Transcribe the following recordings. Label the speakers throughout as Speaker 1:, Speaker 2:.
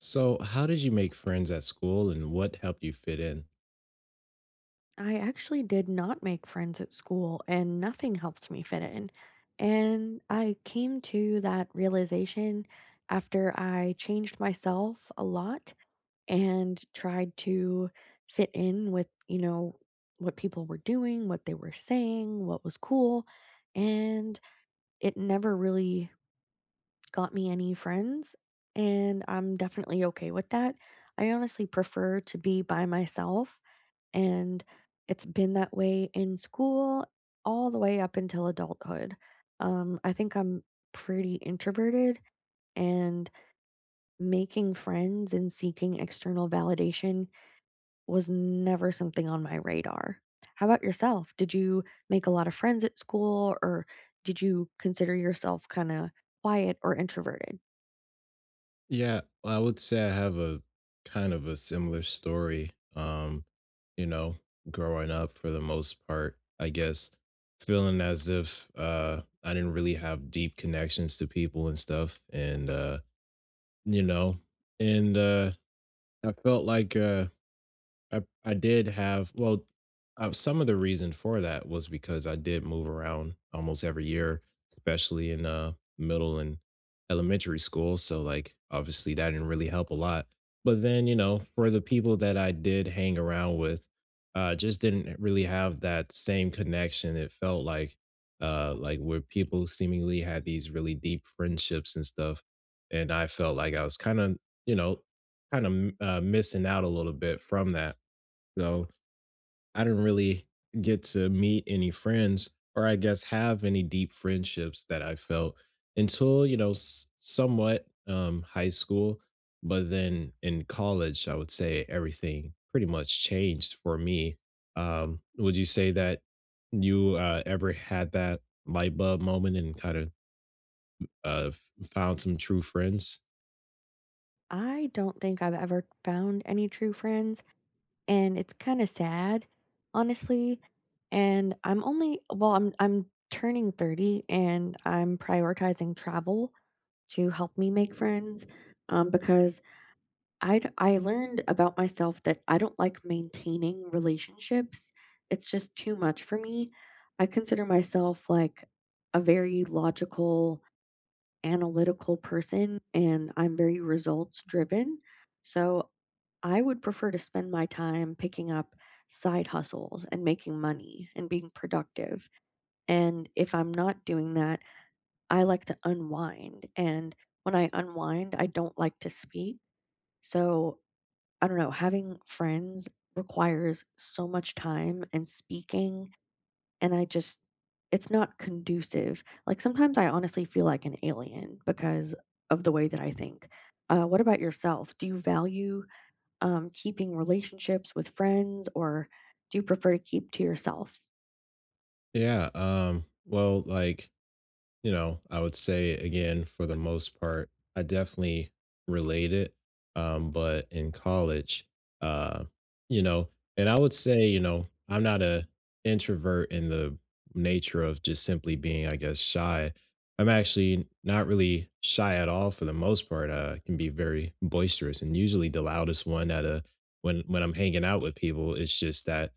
Speaker 1: So, how did you make friends at school and what helped you fit in?
Speaker 2: I actually did not make friends at school and nothing helped me fit in. And I came to that realization after I changed myself a lot and tried to fit in with what people were doing, what they were saying, what was cool. And it never really got me any friends. And I'm definitely okay with that. I honestly prefer to be by myself and it's been that way in school all the way up until adulthood. I think I'm pretty introverted, and making friends and seeking external validation was never something on my radar. How about yourself? Did you make a lot of friends at school, or did you consider yourself kind of quiet or introverted?
Speaker 1: Yeah, I would say I have a kind of a similar story. You know, growing up for the most part, I guess feeling as if I didn't really have deep connections to people and stuff you know, and I felt like I did have some of the reason for that was because I did move around almost every year, especially in middle and elementary school. So like obviously that didn't really help a lot. But then, you know, for the people that I did hang around with, just didn't really have that same connection. It felt like where people seemingly had these really deep friendships and stuff. And I felt like I was you know, kind of missing out a little bit from that, so I didn't really get to meet any friends, or I guess have any deep friendships that I felt until, you know, somewhat high school. But then in college, I would say everything pretty much changed for me. Would you say that you ever had that light bulb moment and kind of found some true friends?
Speaker 2: I don't think I've ever found any true friends. And it's kinda sad, honestly, and I'm turning 30, and I'm prioritizing travel to help me make friends, because I learned about myself that I don't like maintaining relationships. It's just too much for me. I consider myself, like, a very logical, analytical person, and I'm very results driven, so I would prefer to spend my time picking up side hustles and making money and being productive. And if I'm not doing that, I like to unwind. And when I unwind, I don't like to speak. So I don't know, having friends requires so much time and speaking. And I just, it's not conducive. Like sometimes I honestly feel like an alien because of the way that I think. What about yourself? Do you value keeping relationships with friends, or do you prefer to keep to yourself?
Speaker 1: Yeah. I would say again, for the most part, I definitely relate it. But in college, uh, you know, and I would say, you know, I'm not a introvert in the nature of just simply being, I guess, shy. I'm actually not really shy at all for the most part. I can be very boisterous and usually the loudest one at a when I'm hanging out with people. It's just that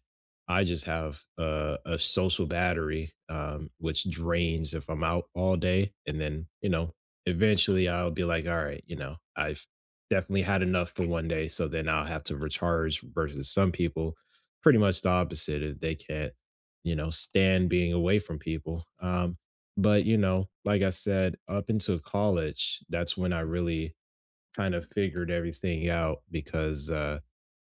Speaker 1: I just have a social battery, which drains if I'm out all day. And then, you know, eventually I'll be like, all right, you know, I've definitely had enough for one day. So then I'll have to recharge versus some people, pretty much the opposite. If they can't, you know, stand being away from people. But, you know, like I said, up until college, that's when I really kind of figured everything out because,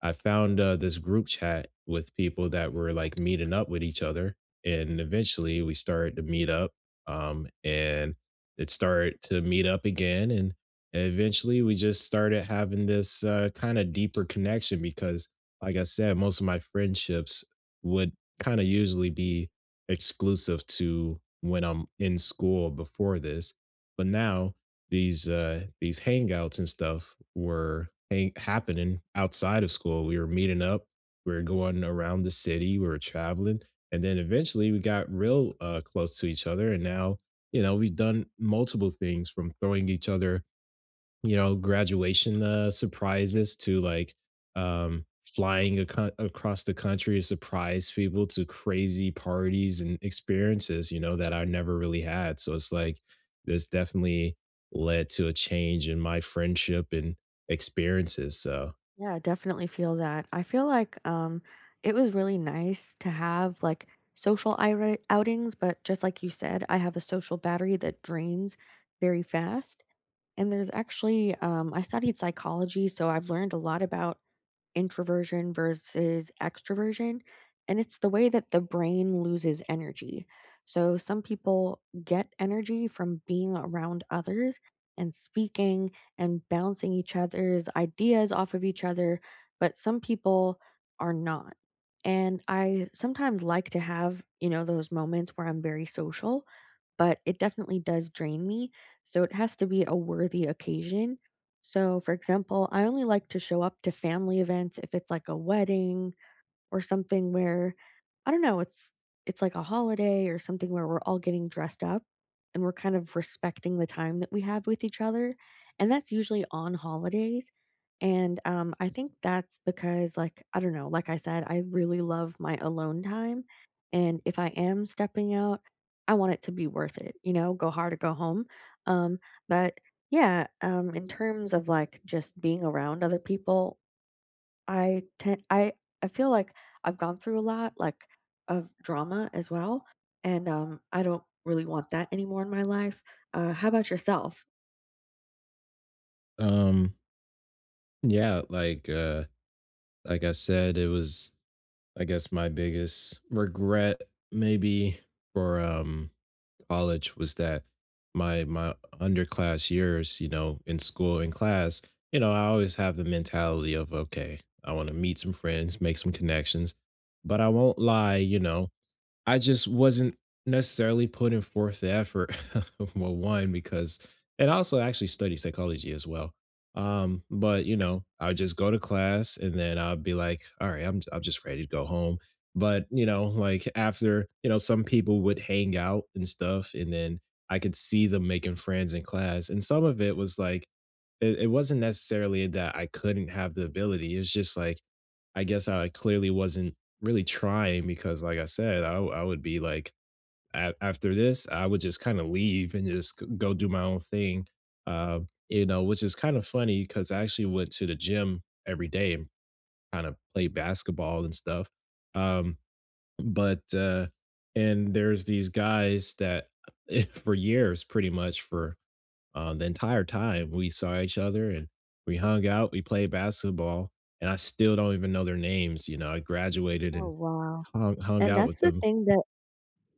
Speaker 1: I found this group chat with people that were like meeting up with each other, and eventually we started to meet up. And it started to meet up again, and eventually we just started having this kind of deeper connection because, like I said, most of my friendships would kind of usually be exclusive to when I'm in school before this, but now these hangouts and stuff were happening outside of school. We were meeting up, we were going around the city, we were traveling, and then eventually we got real close to each other. And now, you know, we've done multiple things, from throwing each other, you know, graduation, surprises, to, like, um, flying aco across the country to surprise people, to crazy parties and experiences, you know, that I never really had. So it's like, this definitely led to a change in my friendship and experiences. So,
Speaker 2: Yeah, I definitely feel that. I feel like it was really nice to have like social outings, but just like you said, I have a social battery that drains very fast. And there's actually, I studied psychology, so I've learned a lot about introversion versus extroversion, and it's the way that the brain loses energy. So, some people get energy from being around others and speaking and bouncing each other's ideas off of each other, but some people are not. And I sometimes like to have those moments where I'm very social, but it definitely does drain me. So, it has to be a worthy occasion so, for example, I only like to show up to family events if it's like a wedding or something where I don't know, it's like a holiday or something where we're all getting dressed up and we're kind of respecting the time that we have with each other, and that's usually on holidays. And I think that's because, like, I don't know, like I said, I really love my alone time. And if I am stepping out, I want it to be worth it, go hard or go home. Um, but yeah, in terms of like just being around other people I tend I I feel like I've gone through a lot, like, of drama as well, and, I don't really want that anymore in my life. How about yourself?
Speaker 1: um, yeah, like I said, it was, I guess, my biggest regret maybe for, college was that my underclass years, you know, in school in class, you know, I always have the mentality of okay, I want to meet some friends, make some connections, but I won't lie, you know, I just wasn't necessarily putting forth the effort. Well, one, because and I also actually study psychology as well. But you know, I would just go to class and then I would be like, all right, I'm just ready to go home. But you know, like after, you know, some people would hang out and stuff, and then I could see them making friends in class. And some of it was like it wasn't necessarily that I couldn't have the ability. It's just like I guess I clearly wasn't really trying because, like I said, I would be like, after this, I would just kind of leave and just go do my own thing. uh, you know, which is kind of funny because I actually went to the gym every day and kind of played basketball and stuff. Um, but, uh, and there's these guys that for years, pretty much for the entire time, we saw each other and we hung out, we played basketball, and I still don't even know their names. You know, I graduated
Speaker 2: Oh,
Speaker 1: and
Speaker 2: wow.
Speaker 1: hung
Speaker 2: And
Speaker 1: out with
Speaker 2: that's the
Speaker 1: them.
Speaker 2: thing that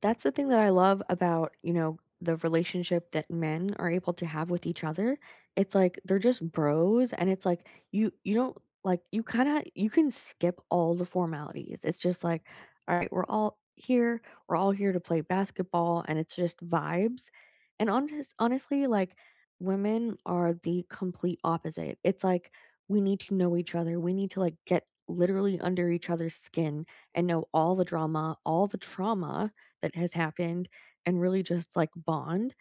Speaker 2: That's the thing that I love about the relationship that men are able to have with each other. It's like they're just bros and it's like you don't, like, you can skip all the formalities. It's just like, all right, we're all here to play basketball and it's just vibes. And honestly, like women are the complete opposite. It's like we need to know each other. We need to like get literally under each other's skin and know all the drama, all the trauma that has happened and really just like bond.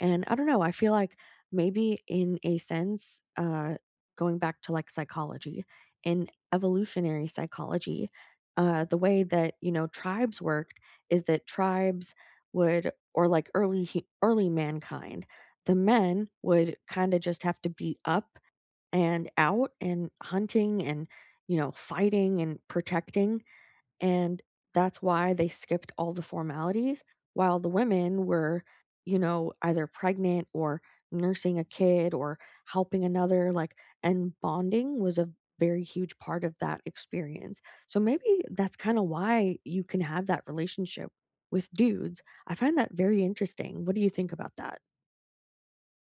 Speaker 2: And I don't know, I feel like maybe in a sense, going back to like psychology, in evolutionary psychology, the way that tribes worked is that tribes would, or like early, early mankind, the men would kind of just have to be up and out and hunting and fighting and protecting and that's why they skipped all the formalities while the women were, either pregnant or nursing a kid or helping another and bonding was a very huge part of that experience. So maybe that's kind of why you can have that relationship with dudes. I find that very interesting. What do you think about that?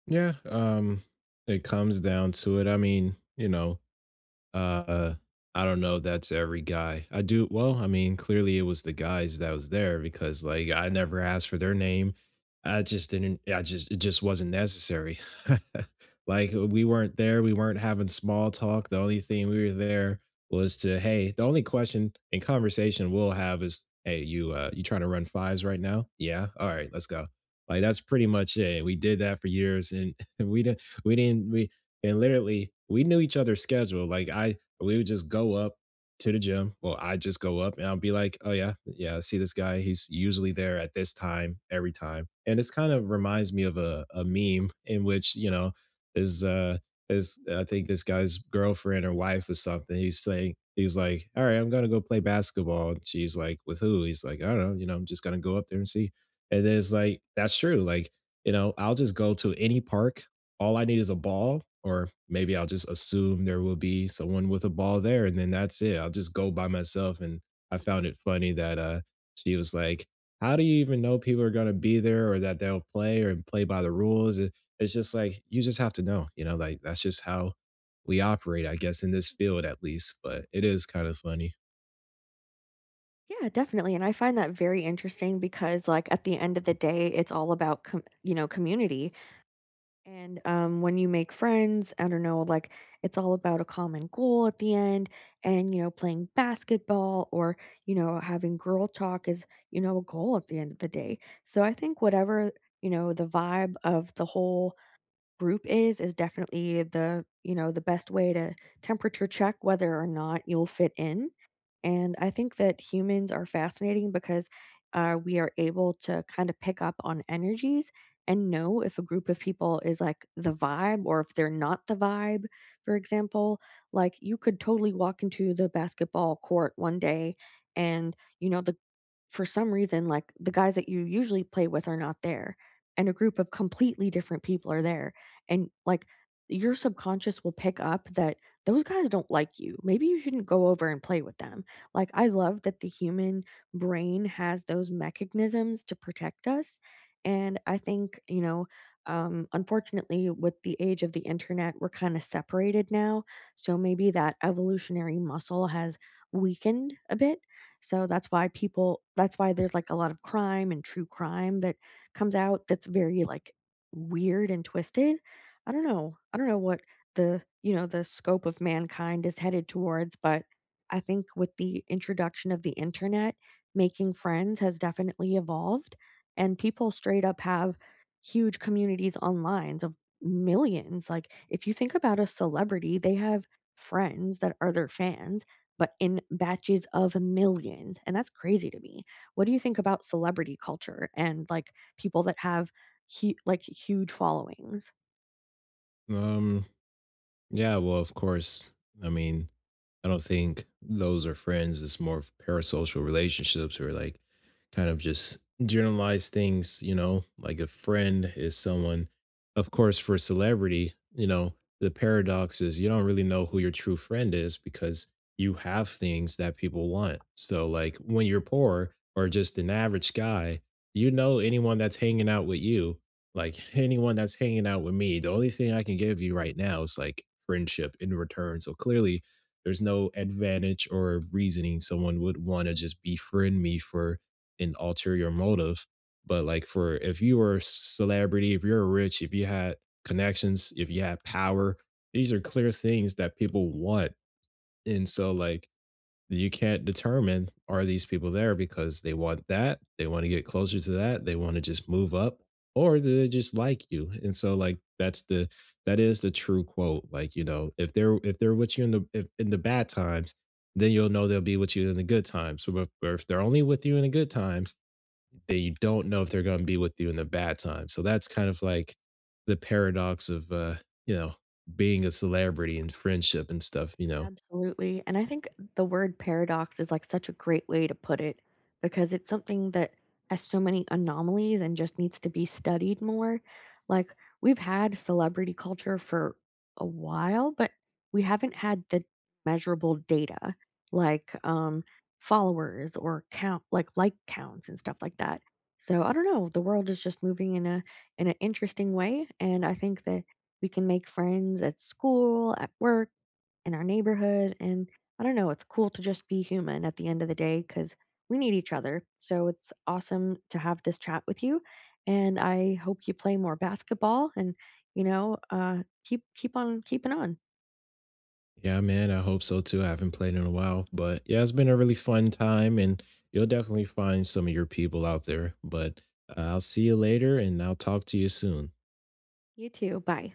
Speaker 1: Yeah, it comes down to it. I mean, you know, Uh, I don't know, that's every guy. I do well, I mean, clearly it was the guys that was there because like I never asked for their name. I just didn't I just it just wasn't necessary. Like we weren't there, we weren't having small talk. The only thing we were there was to, hey, the only question and conversation we'll have is, hey, you you trying to run fives right now? Yeah. All right, let's go. Like that's pretty much it. We did that for years, and we didn't we didn't we and literally, we knew each other's schedule. We would just go up to the gym. Well, I just go up and I'll be like, "Oh yeah, yeah, I see this guy. He's usually there at this time every time." And this kind of reminds me of a meme in which, you know, is uh is I think this guy's girlfriend or wife or something. He's saying, he's like, "All right, I'm gonna go play basketball." And she's like, "With who?" He's like, "I don't know. You know, I'm just gonna go up there and see." And then it's like, that's true. Like, you know, I'll just go to any park. All I need is a ball, or maybe I'll just assume there will be someone with a ball there, and then that's it. I'll just go by myself. And I found it funny that, she was like, "How do you even know people are going to be there, or that they'll play, or play by the rules?" It- it's just like you just have to know, you know, like that's just how we operate, I guess, in this field at least. But it is kind of funny.
Speaker 2: Yeah, definitely, and I find that very interesting because, like, at the end of the day, it's all about community, and, when you make friends, I don't know, like, it's all about a common goal at the end, and playing basketball or having girl talk is a goal at the end of the day, so I think whatever the vibe of the whole group is definitely the you know the best way to temperature check whether or not you'll fit in, and I think that humans are fascinating because we are able to kind of pick up on energies and know if a group of people is like the vibe or if they're not the vibe. For example, like you could totally walk into the basketball court one day and you know the for some reason like the guys that you usually play with are not there and a group of completely different people are there, and like your subconscious will pick up that those guys don't like you. Maybe you shouldn't go over and play with them. Like I love that the human brain has those mechanisms to protect us, and I think, unfortunately with the age of the internet we're kind of separated now, so maybe that evolutionary muscle has weakened a bit. So that's why there's like a lot of crime and true crime that comes out that's very like weird and twisted. I don't know. I don't know what the scope of mankind is headed towards, but I think with the introduction of the internet, making friends has definitely evolved and people straight up have huge communities online of millions. Like if you think about a celebrity, they have friends that are their fans, but in batches of millions. And that's crazy to me. What do you think about celebrity culture and like people that have huge followings?
Speaker 1: Um, yeah. Well, of course. I mean, I don't think those are friends. It's more of parasocial relationships, or like kind of just generalized things. You know, like a friend is someone, of course, for a celebrity, you know, the paradox is you don't really know who your true friend is because you have things that people want. So, like when you're poor or just an average guy, you know, anyone that's hanging out with you, like anyone that's hanging out with me, the only thing I can give you right now is like friendship in return. So, clearly, there's no advantage or reasoning someone would want to just befriend me for an ulterior motive. But like for if you were a celebrity, if you're rich, if you had connections, if you had power, these are clear things that people want. And so like you can't determine, are these people there because they want that, they want to get closer to that, they want to just move up, or do they just like you? And so, like that's the that is the true quote. Like, you know, if they're with you in the if, in the bad times, then you'll know they'll be with you in the good times. So if, or if they're only with you in the good times, then you don't know if they're going to be with you in the bad times. So that's kind of like the paradox of, you know, being a celebrity and friendship and stuff. You know,
Speaker 2: Absolutely, and I think the word paradox is, like, such a great way to put it because it's something that has so many anomalies and just needs to be studied more. Like, we've had celebrity culture for a while, but we haven't had the measurable data like, um, followers or like counts and stuff like that. So, I don't know, the world is just moving in an interesting way, and I think that we can make friends at school, at work, in our neighborhood. And I don't know, it's cool to just be human at the end of the day because we need each other. So it's awesome to have this chat with you. And I hope you play more basketball and keep on keeping on.
Speaker 1: yeah, man, I hope so too. I haven't played in a while, but yeah, it's been a really fun time, and you'll definitely find some of your people out there. But I'll see you later, and I'll talk to you soon.
Speaker 2: You too. Bye.